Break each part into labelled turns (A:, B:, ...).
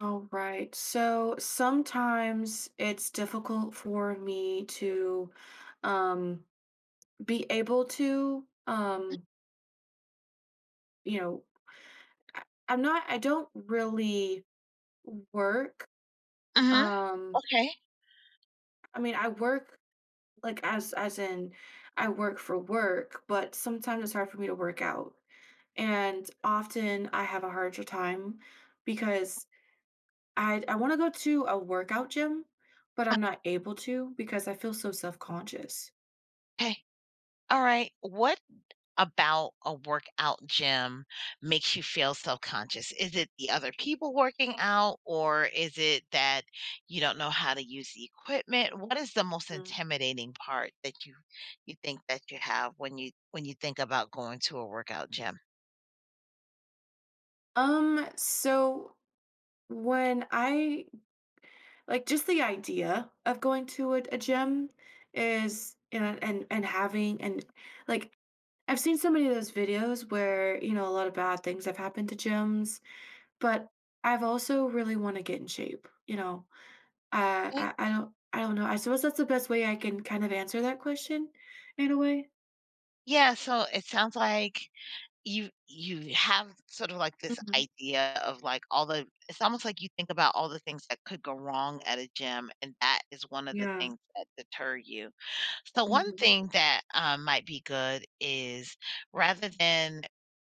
A: All right. So sometimes it's difficult for me to um be able to you know I- I don't really work
B: Mhm.
A: um
B: Okay.
A: I mean I work like as in I work for work, but sometimes it's hard for me to work out. And often I have a harder time because I wanna go to a workout gym, but I'm not able to because I feel so self-conscious.
B: Okay. Alright. What about a workout gym makes you feel self-conscious? Is it the other people working out, or is it that you don't know how to use the equipment? What is the most
A: Mm.
B: intimidating part that you think that you have when you think about going to a workout gym?
A: Um, so when I, like, just the idea of going to a gym is and having and, like, I've seen so many of those videos where, you know, a lot of bad things have happened to gyms, but I've also really want to get in shape,
B: Okay.
A: I don't know. I suppose that's the best way I can kind of answer that question in a way.
B: Yeah, so it sounds like you have sort of like this
A: Mhm.
B: idea of like all the it's almost like you think about all the things that could go wrong at a gym, and that is one of the
A: Yeah,
B: things that deter you. So one
A: mhm,
B: thing that, might be good is rather than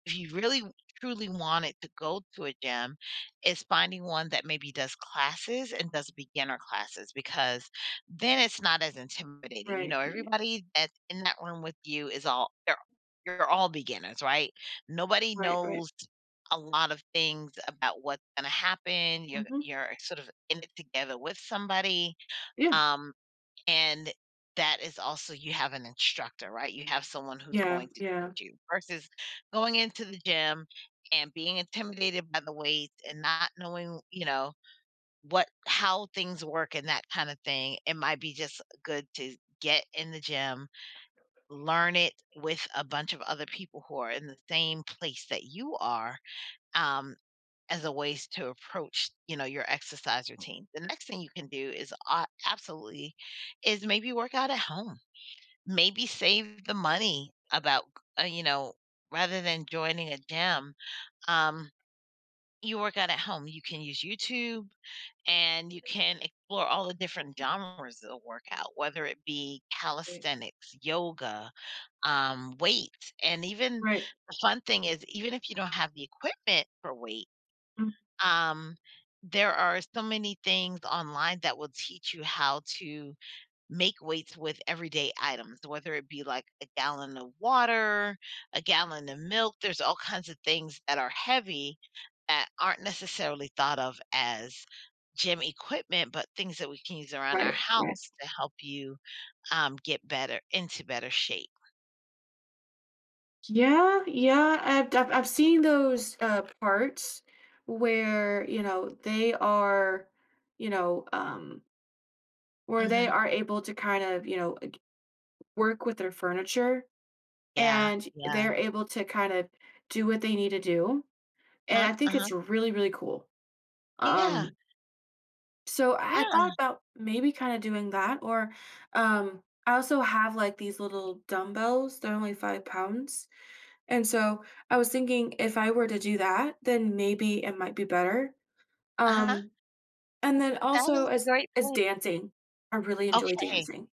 B: if you really truly wanted to go to a gym, is finding one that maybe does classes and does beginner classes because then it's not as intimidating. You
A: right,
B: know,
A: right,
B: everybody that's in that room with you is all they're you're all beginners, right? Nobody
A: right, right,
B: knows a lot of things about what's gonna happen. You're
A: mhm,
B: you're sort of in it together with somebody,
A: yeah,
B: um, and that is also you have an instructor, right? You have someone who's
A: yeah,
B: going to
A: yeah,
B: teach you versus going into the gym and being intimidated by the weights and not knowing, you know, what how things work and that kind of thing. It might be just good to get in the gym, learn it with a bunch of other people who are in the same place that you are um, as a ways to approach, you know, your exercise routine. The next thing you can do is absolutely is maybe work out at home. Maybe save the money about, you know, rather than joining a gym, um, you work out at home. You can use YouTube and you can explore all the different genres of workout, whether it be
A: right,
B: calisthenics, yoga, weights, and even
A: right,
B: the fun thing is even if you don't have the equipment for weight
A: mm,
B: um, there are so many things online that will teach you how to make weights with everyday items, whether it be like a gallon of water, a gallon of milk. There's all kinds of things that are heavy that aren't necessarily thought of as gym equipment, but things that we can use around our
A: right, right.
B: house to help you get better into better shape.
A: Yeah, yeah, I've seen those, parts where, you know, they are, you know, um, where they
B: hmm
A: are able to kind of, work with their furniture,
B: Yeah,
A: and
B: yeah,
A: they're able to kind of do what they need to do,
B: uh
A: and
B: huh,
A: I think
B: uh-huh.
A: it's really, really cool.
B: Yeah,
A: um So I
B: yeah,
A: thought about maybe kind of doing that. Or I also have like these little dumbbells. They're only 5 pounds, and so I was thinking if I were to do that, then maybe it might be better.
B: uh huh.
A: Um, and then
B: That
A: also
B: is a
A: as
B: great
A: as
B: point.
A: dancing, I really enjoy
B: Okay.
A: dancing.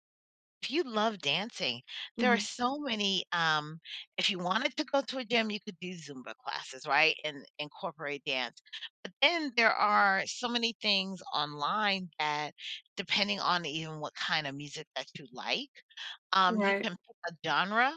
B: If you love dancing, there are
A: Hmm.
B: so many, if you wanted to go to a gym, you could do Zumba classes, right, and incorporate dance. But then there are so many things online that depending on even what kind of music that you like, you can
A: Right.
B: pick a genre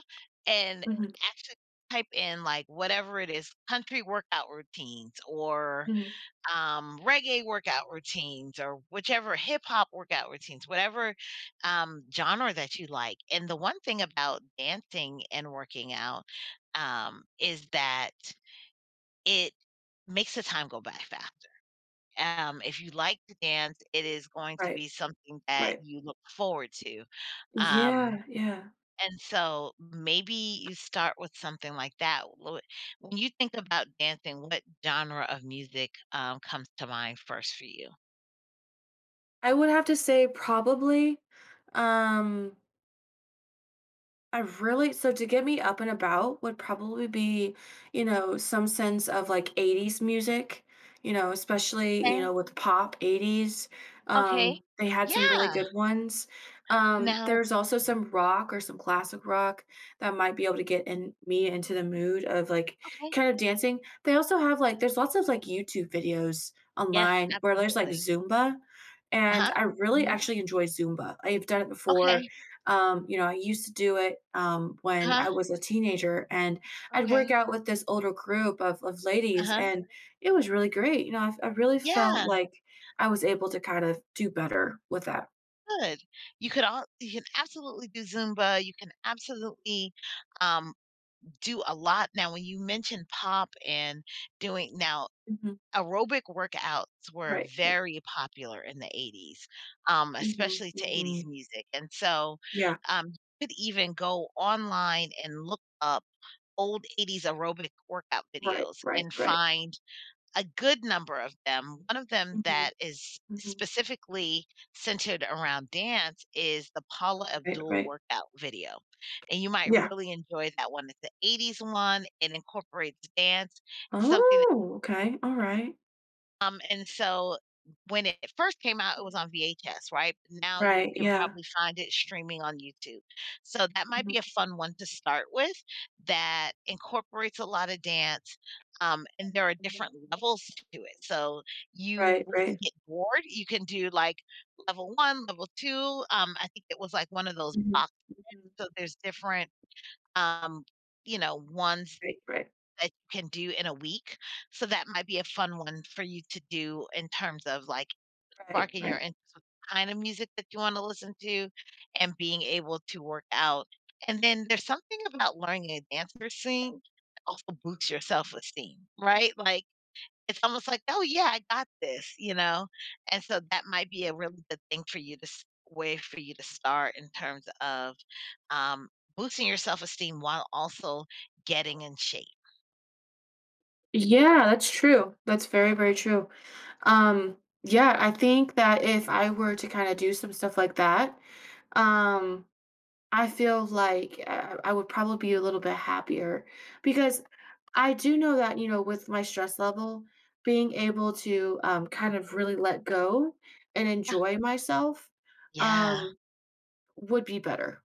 B: and
A: Hmm.
B: actually type in, like, whatever it is, country workout routines or
A: Hmm.
B: reggae workout routines or whichever hip hop workout routines, whatever genre that you like. And the one thing about dancing and working out is that it makes the time go by faster. If you like to dance, it is going to
A: Right.
B: be something that
A: Right.
B: you look forward to. Um,
A: Yeah. Yeah.
B: and so maybe you start with something like that. When you think about dancing, what genre of music comes to mind first for you?
A: I would have to say probably. Um, I really, so to get me up and about would probably be, you know, some sense of like 80s music, you know, especially, you
B: Okay,
A: know, with pop 80s.
B: okay.
A: They had some really
B: Yeah.
A: good ones.
B: Now
A: There's also some rock or some classic rock that might be able to get in me into the mood of like
B: okay.
A: kind of dancing. They also have like there's lots of like YouTube videos
B: Yes,
A: online where there's like
B: absolutely.
A: Zumba, and
B: Uh-huh.
A: I really
B: Mhm.
A: actually enjoy Zumba. I've done it before.
B: Okay.
A: You know, I used to do it when
B: Uh-huh.
A: I was a teenager, and I'd work
B: Okay.
A: out with this older group of ladies,
B: Uh-huh.
A: and it was really great. You know, I really felt
B: Yeah,
A: like I was able to kind of do better with that.
B: good. You could all You can absolutely do Zumba, you can absolutely, um, do a lot. Now when you mentioned pop and doing now,
A: Hmm.
B: aerobic workouts were
A: Right. Right.
B: very popular in the '80s,
A: Hmm.
B: especially to
A: Hmm.
B: '80s music, and so,
A: Yeah.
B: you could even go online and look up old '80s aerobic workout
A: Right.
B: videos
A: Right.
B: and
A: Right.
B: find a good number of them. One of them
A: Hmm.
B: that is
A: Hmm.
B: specifically centered around dance is the Paula
A: Right.
B: Abdul
A: Right.
B: workout video, and you might
A: Yeah.
B: really enjoy that one. It's the '80s one, it incorporates dance. It's something
A: Oh. Okay. All right.
B: and so when it first came out, it was on VHS, right? Now you
A: Right.
B: can
A: Yeah.
B: probably find it streaming on YouTube. So that might
A: Mhm.
B: be a fun one to start with that incorporates a lot of dance. And there are different
A: Mhm.
B: levels to it. So you
A: Right. Right.
B: wouldn't get bored. You can do like level one, level two. I think it was like one of those
A: Mhm.
B: boxes.
A: Mhm.
B: So there's different, um, you know, ones
A: Right. Right.
B: that you can do in a week. So that might be a fun one for you to do in terms of, like,
A: Right.
B: sparking your
A: Right.
B: interest with the kind of music that you wanna listen to and being able to work out. And then there's something about learning a dance routine that also boosts your self-esteem, right? Like, it's almost like, "Oh, yeah, I got this," you know? And so that might be a really good thing for you to s way for you to start in terms of, um, boosting your self-esteem while also getting in shape.
A: Yeah, that's true. That's very, very true. Um, yeah, I think that if I were to kinda do some stuff like that, um, I feel like I would probably be a little bit happier because I do know that, you know, with my stress level, being able to, kind of really let go and
B: Ah,
A: enjoy myself,
B: Yeah.
A: um, would be better,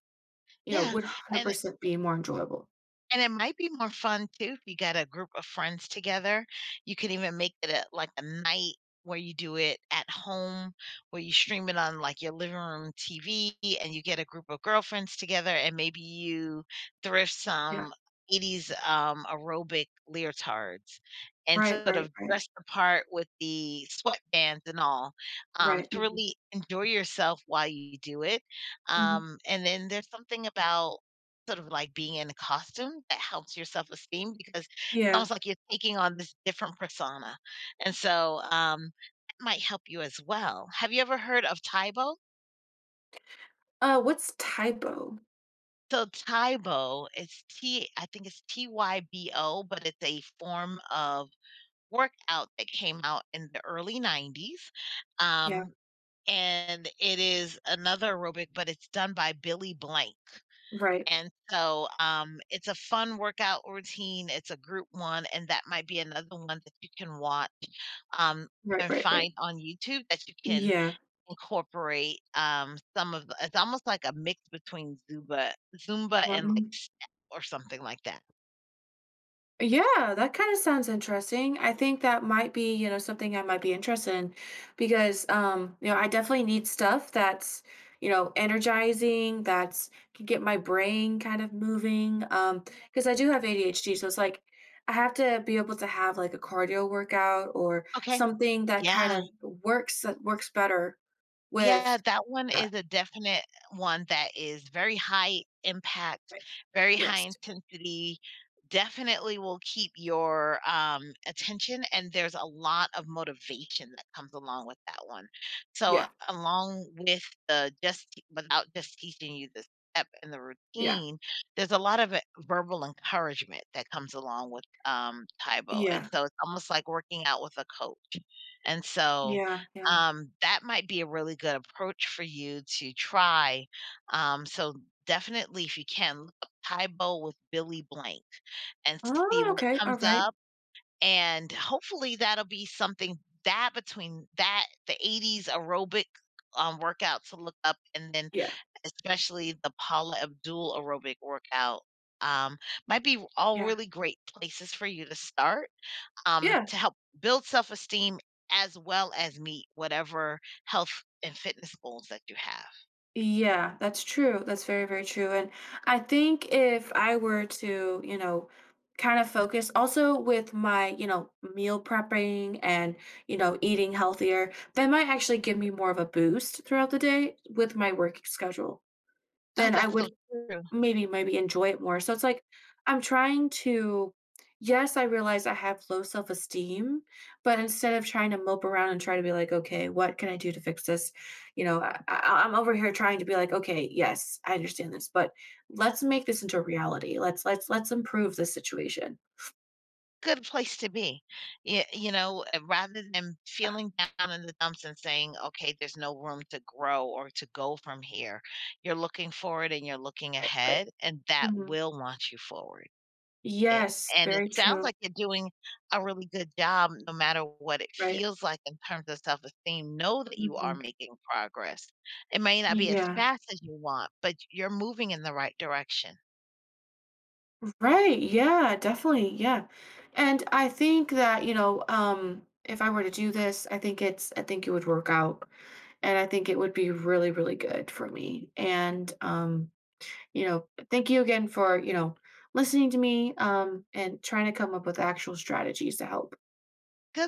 A: you know,
B: Yeah,
A: would
B: and
A: 100% be more enjoyable.
B: and it might be more fun too if you got a group of friends together. You could even make it a like a night where you do it at home, where you stream it on like your living room TV and you get a group of girlfriends together and maybe you thrift
A: Yeah.
B: some '80s aerobic leotards and
A: Right,
B: sort
A: right,
B: of
A: right,
B: dress the part with the sweatbands and all
A: right.
B: to
A: Mhm,
B: really enjoy yourself while you do it.
A: mhm.
B: And then there's something about sort of like being in a costume that helps your self-esteem because it's
A: Yeah.
B: almost like you're taking on this different persona. And so, that might help you as well. Have you ever heard of Taibo?
A: What's typo?
B: So Taibo, is T I think it's T-Y-B-O, but it's a form of workout that came out in the early '90s.
A: Yeah.
B: Um, and it is another aerobic, but it's done by Billy Blank.
A: Right.
B: And so, it's a fun workout routine, it's a group one, and that might be another one that you can watch, um,
A: Right,
B: and
A: right, right.
B: find on YouTube that you can
A: Yeah,
B: incorporate, some of the it's almost like a mix between Zumba and, like,
A: Robin.
B: step or something like that.
A: Yeah, that kind of sounds interesting. I think that might be, you know, something I might be interested in because you know, I definitely need stuff that's, you know, energizing, that's can get my brain kind of moving. Because I do have ADHD, so it's like I have to be able to have like a cardio workout or
B: Okay.
A: something that kind
B: Yeah.
A: of works that works better
B: Yeah,
A: with
B: that one
A: that.
B: is a definite one that is very high impact,
A: Right.
B: very high
A: Yes.
B: intensity, definitely will keep your, attention, and there's a lot of motivation that comes along with that one. So,
A: Yeah.
B: along with the just without just teaching you the step and the
A: Yeah.
B: routine, there's a lot of, verbal encouragement that comes along with, Tae and
A: Yeah.
B: so it's almost like working out with a coach, and so
A: Yeah. Yeah.
B: that might be a really good approach for you to try. So definitely, if you can, look up Thai bowl with Billy Blank and see
A: Oh,
B: what
A: okay. All
B: comes
A: right.
B: up. And hopefully, that'll be something that between that the '80s aerobic workout to look up, and then
A: Yeah,
B: especially the Paula Abdul aerobic workout um, might be all
A: yeah,
B: really great places for you to start
A: yeah,
B: to help build self esteem as well as meet whatever health and fitness goals that you have.
A: yeah, that's true, that's very, very true, and I think if I were to, you know, kind of focus also with my, you know, meal prepping and, you know, eating healthier, that might actually give me more of a boost throughout the day with my work schedule.
B: Oh,
A: Then I
B: that's so
A: would.
B: true.
A: Maybe maybe enjoy it more. So it's like I'm trying to, yes, I realize I have low self-esteem, but instead of trying to mope around and try to be like, "Okay, what can I do to fix this?" You know, I I'm over here trying to be like, "Okay, yes, I understand this, but let's make this into reality. Let's improve this situation."
B: Good place to be. You know, rather than
A: Yeah,
B: feeling down in the dumps and saying, okay, there's no room to grow or to go from here, you're looking forward and you're looking
A: right, right.
B: ahead, and that
A: Mhm.
B: will launch you forward. It
A: Yes,
B: And it
A: very
B: sounds
A: true.
B: like you're doing a really good job no matter what it
A: Right.
B: feels like in terms of self-esteem. Know that you are
A: Mhm.
B: making progress. It may not be as
A: Yeah.
B: fast as you want, but you're moving in the right direction.
A: Right, yeah, definitely, yeah. And I think that, you know, if I were to do this, I think it would work out, and I think it would be really, really good for me. And, you know, thank you again for, you know, listening to me, and trying to come up with actual strategies to help.
B: Good